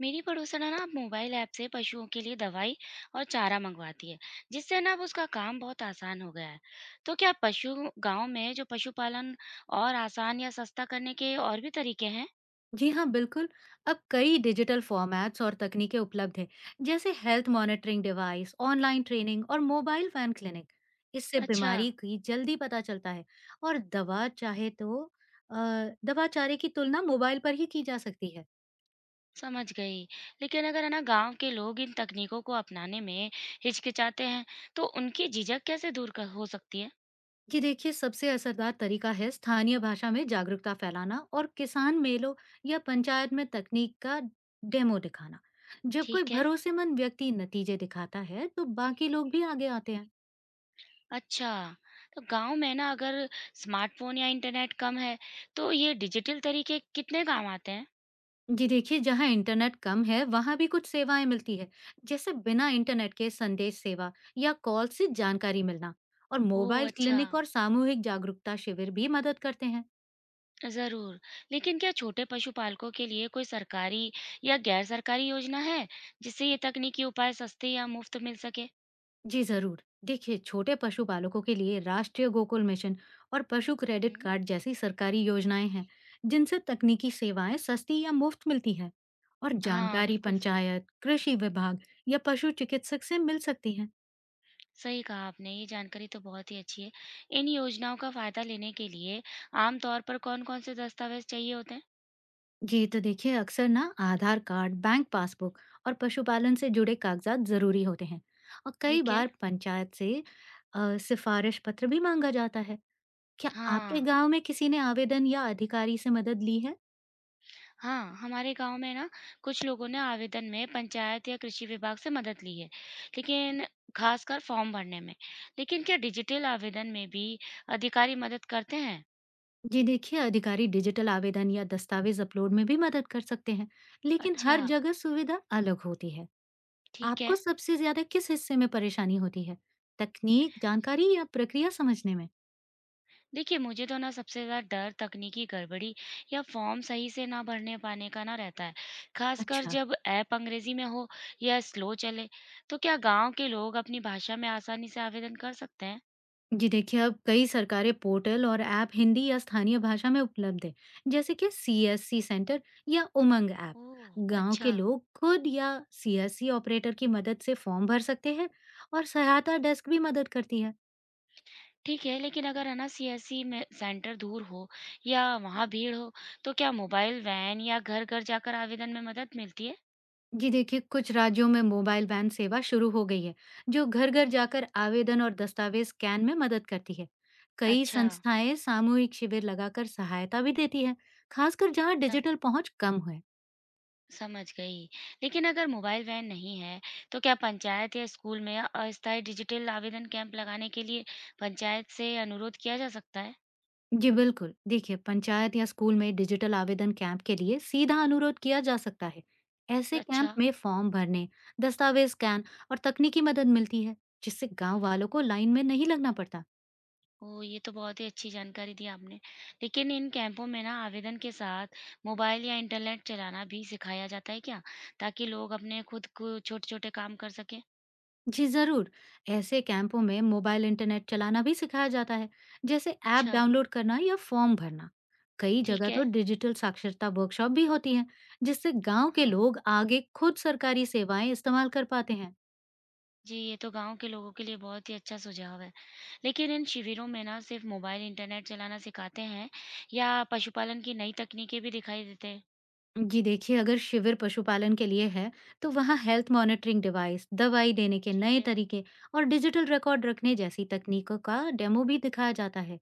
मेरी पड़ोसन है ना, अब मोबाइल ऐप से पशुओं के लिए दवाई और चारा मंगवाती है। जिससे ना अब उसका काम बहुत आसान हो गया है। तो क्या पशु, गांव में जो पशुपालन, और आसान या सस्ता करने के और भी तरीके हैं? जी हाँ, बिल्कुल। अब कई डिजिटल फ़ॉर्मेट्स और तकनीकें उपलब्ध हैं, जैसे health monitoring device, online training और मोबाइल वैन क्लिनिक। इससे अच्छा, बीमारी की जल्दी पता चलता है और दवा चाहे तो अ, दवा चारे की तुलना मोबाइल पर ही की जा सकती है। समझ गई। लेकिन अगर है ना, गांव के लोग इन तकनीकों को अपनाने में हिचकिचाते हैं, तो उनकी झिझक कैसे दूर कर हो सकती है? ये देखिए, सबसे असरदार तरीका है स्थानीय भाषा में जागरूकता फैलाना और किसान मेलों या पंचायत में तकनीक का डेमो दिखाना। जब कोई ठीक है। भरोसेमंद व्यक्ति नतीजे दिखाता है, तो बाकी लोग भी आगे आते हैं। अच्छा, तो गांव में ना अगर स्मार्टफोन या इंटरनेट कम है, तो ये डिजिटल तरीके कितने काम आते हैं? जी देखिए, जहाँ इंटरनेट कम है, वहाँ भी कुछ सेवाएँ मिलती है, जैसे बिना इंटरनेट के संदेश सेवा या कॉल से जानकारी मिलना और ओह, मोबाइल अच्छा। क्लिनिक और सामूहिक जागरूकता शिविर भी मदद करते हैं। ज़रूर। लेकिन क्या छोटे पशुपालकों के लिए कोई सरकारी या गैर सरकारी योजना है, जिससे ये तकनीकी उपाय सस्ते या मुफ्त मिल सके? जी ज़रूर। देखिए, छोटे पशु पालकों के लिए राष्ट्रीय गोकुल मिशन और पशु क्रेडिट हुँ। कार्ड जैसी सरकारी योजनाएं हैं, जिनसे तकनीकी सेवाएं सस्ती या मुफ्त मिलती हैं और हाँ, जानकारी बिल्कुल सही। पंचायत, कृषि विभाग या पशु चिकित्सक से मिल सकती है। सही कहा आपने, ये जानकारी तो बहुत ही अच्छी है। इन योजनाओं का फ़ायदा लेने के लिए आम तौर पर कौन-कौन से दस्तावेज़ चाहिए होते हैं? जी तो देखिए, अक्सर ना आधार कार्ड, बैंक पासबुक और पशुपालन से जुड़े कागजात जरूरी होते हैं और कई ठीक है। बार पंचायत से सिफारिश पत्र भी मांगा जाता है। क्या आपके हाँ। गांव में किसी ने आवेदन या अधिकारी से मदद ली है? हाँ, हमारे गांव में ना कुछ लोगों ने आवेदन में पंचायत या कृषि विभाग से मदद ली है, लेकिन खासकर फॉर्म भरने में। लेकिन क्या डिजिटल आवेदन में भी अधिकारी मदद करते हैं? जी देखिए, अधिकारी डिजिटल आवेदन या दस्तावेज अपलोड में भी मदद कर सकते हैं, लेकिन अच्छा, हर जगह सुविधा अलग होती है। ठीक आपको है। सबसे ज्यादा किस हिस्से में परेशानी होती है, तकनीक, जानकारी या प्रक्रिया समझने में? देखिए, मुझे तो ना सबसे ज्यादा डर तकनीकी गड़बड़ी या फॉर्म सही से ना भरने पाने का ना रहता है, खासकर अच्छा। जब ऐप अंग्रेजी में हो या स्लो चले। तो क्या गांव के लोग अपनी भाषा में आसानी से आवेदन कर सकते हैं? जी देखिए, अब कई सरकारी पोर्टल और ऐप हिंदी या स्थानीय भाषा में उपलब्ध है, जैसे कि सीएससी सेंटर या उमंग ऐप। ओह, गांव अच्छा। के लोग खुद या सीएससी ऑपरेटर की मदद से फॉर्म भर सकते हैं और सहायता डेस्क भी मदद करती है। ठीक है, लेकिन अगर है ना, सीएससी में सेंटर दूर हो या वहाँ भीड़ हो, तो क्या मोबाइल वैन या घर-घर जाकर आवेदन में मदद मिलती है? जी देखिए, कुछ राज्यों में मोबाइल वैन सेवा शुरू हो गई है, जो घर-घर जाकर आवेदन और दस्तावेज स्कैन में मदद करती है। कई अच्छा। संस्थाएं सामूहिक शिविर लगाकर सहायता भी देती है, खासकर जहां सम डिजिटल पहुंच कम है। समझ गई। लेकिन अगर मोबाइल वैन नहीं है, तो क्या पंचायत या स्कूल में अस्थायी डिजिटल आवेदन कैंप लगाने के लिए पंचायत से अनुरोध किया जा सकता है? जी बिल्कुल। देखिए, पंचायत या स्कूल में डिजिटल आवेदन कैंप के लिए सीधा अनुरोध किया जा सकता है। ऐसे कैंप अच्छा। में फॉर्म भरने, दस्तावेज स्कैन और तकनीकी मदद मिलती है, जिससे गांव वालों को लाइन में नहीं लगना पड़ता। ओह! ये तो बहुत ही अच्छी जानकारी दी आपने। लेकिन इन कैंपों में ना आवेदन के साथ मोबाइल या इंटरनेट चलाना भी सिखाया जाता है क्या? ताकि लोग अपने खुद को छोटे-छोटे काम कर सकें? जी ज़रूर, ऐसे कैंपों में मोबाइल इंटरनेट चलाना भी सिखाया जाता है, जैसे ऐप अच्छा, डाउनलोड करना या फॉर्म भरना। कई ठीक जगह है। तो डिजिटल साक्षरता वर्कशॉप भी होती है, जिससे गांव के हाँ, लोग आगे खुद सरकारी सेवाएं इस्तेमाल कर पाते हैं। जी ये तो गाँव के लोगों के लिए बहुत ही अच्छा सुझाव है। लेकिन इन शिविरों में ना सिर्फ मोबाइल, इंटरनेट चलाना सिखाते हैं या पशुपालन की नई तकनीकें भी दिखाई देते हैं? जी देखिए, अगर शिविर पशुपालन के लिए है, तो वहाँ हेल्थ मॉनिटरिंग डिवाइस, दवाई देने के ठीक नए है। तरीके और डिजिटल रिकॉर्ड रखने जैसी तकनीकों का डेमो भी दिखाया जाता है।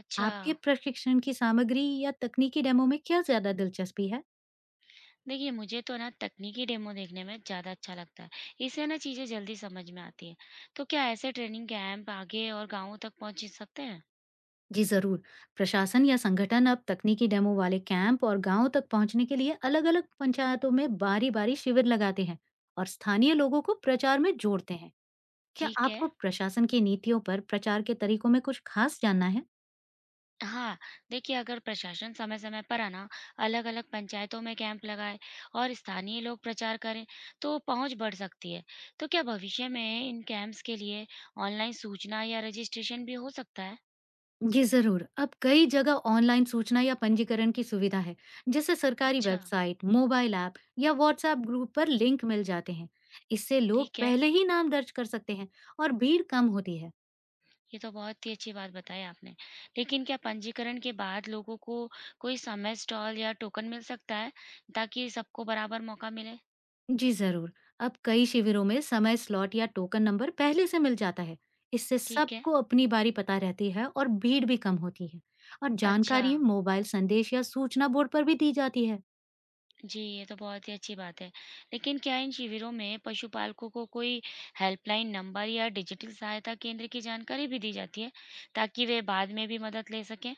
अच्छा। आपके प्रशिक्षण की सामग्री या तकनीकी डेमो में क्या ज़्यादा दिलचस्पी है? देखिए, मुझे तो ना तकनीकी डेमो देखने में ज़्यादा अच्छा लगता है। इससे ना चीज़ें जल्दी समझ में आती हैं। तो क्या ऐसे ट्रेनिंग कैंप आगे और गाँवों तक पहुँच सकते हैं? जी ज़रूर, प्रशासन या संगठन अब तकनीकी डेमो वाले कैंप और गाँव तक पहुँचने के लिए अलग-अलग पंचायतों में बारी-बारी शिविर लगाते हैं और स्थानीय लोगों को प्रचार में जोड़ते हैं। क्या ठीक है। आपको प्रशासन की नीतियों पर प्रचार के तरीकों में कुछ खास जानना है? हाँ, देखिए अगर प्रशासन समय-समय पर है ना, अलग-अलग पंचायतों में कैंप लगाए और स्थानीय लोग प्रचार करें, तो पहुँच बढ़ सकती है। तो क्या भविष्य में इन कैंप्स के लिए ऑनलाइन सूचना या रजिस्ट्रेशन भी हो सकता है? जी ज़रूर। अब कई जगह ऑनलाइन सूचना या पंजीकरण की सुविधा है, जैसे सरकारी अच्छा। वेबसाइट, मोबाइल ऐप या व्हाट्सऐप ग्रुप पर लिंक मिल जाते हैं। इससे लोग ठीक है। पहले ही नाम दर्ज कर सकते हैं और भीड़ कम होती है। ये तो बहुत ही अच्छी बात बताई आपने। लेकिन क्या पंजीकरण के बाद लोगों को कोई समय स्टॉल या टोकन मिल सकता है, ताकि सबको बराबर मौका मिले? जी ज़रूर। अब कई शिविरों में समय स्लॉट या टोकन नंबर पहले से मिल जाता है। इससे ठीक है। सबको अपनी बारी पता रहती है और भीड़ भी कम होती है। और अच्छा। जानकारी मोबाइल संदेश या सूचना बोर्ड पर भी दी जाती है। जी, ये तो बहुत ही अच्छी बात है। लेकिन क्या इन शिविरों में पशुपालकों को कोई हेल्पलाइन नंबर या डिजिटल सहायता केंद्र की जानकारी भी दी जाती है, ताकि वे बाद में भी मदद ले सकें?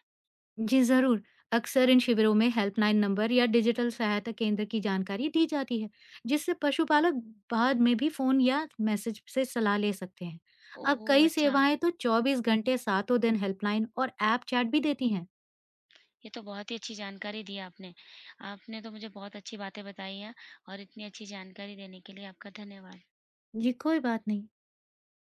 जी, ज़रूर। अक्सर इन शिविरों में हेल्पलाइन नंबर या डिजिटल सहायता केंद्र की जानकारी दी जाती है, जिससे पशुपालक बाद में भी फ़ोन या मैसेज से सलाह ले सकते हैं। अब ओह! कई अच्छा। सेवाएं तो 24 घंटे सातों दिन हेल्पलाइन और ऐप चैट भी देती हैं। ये तो बहुत ही अच्छी जानकारी दी आपने। आपने तो मुझे बहुत अच्छी बातें बताई हैं और इतनी अच्छी जानकारी देने के लिए आपका धन्यवाद। जी, कोई बात नहीं।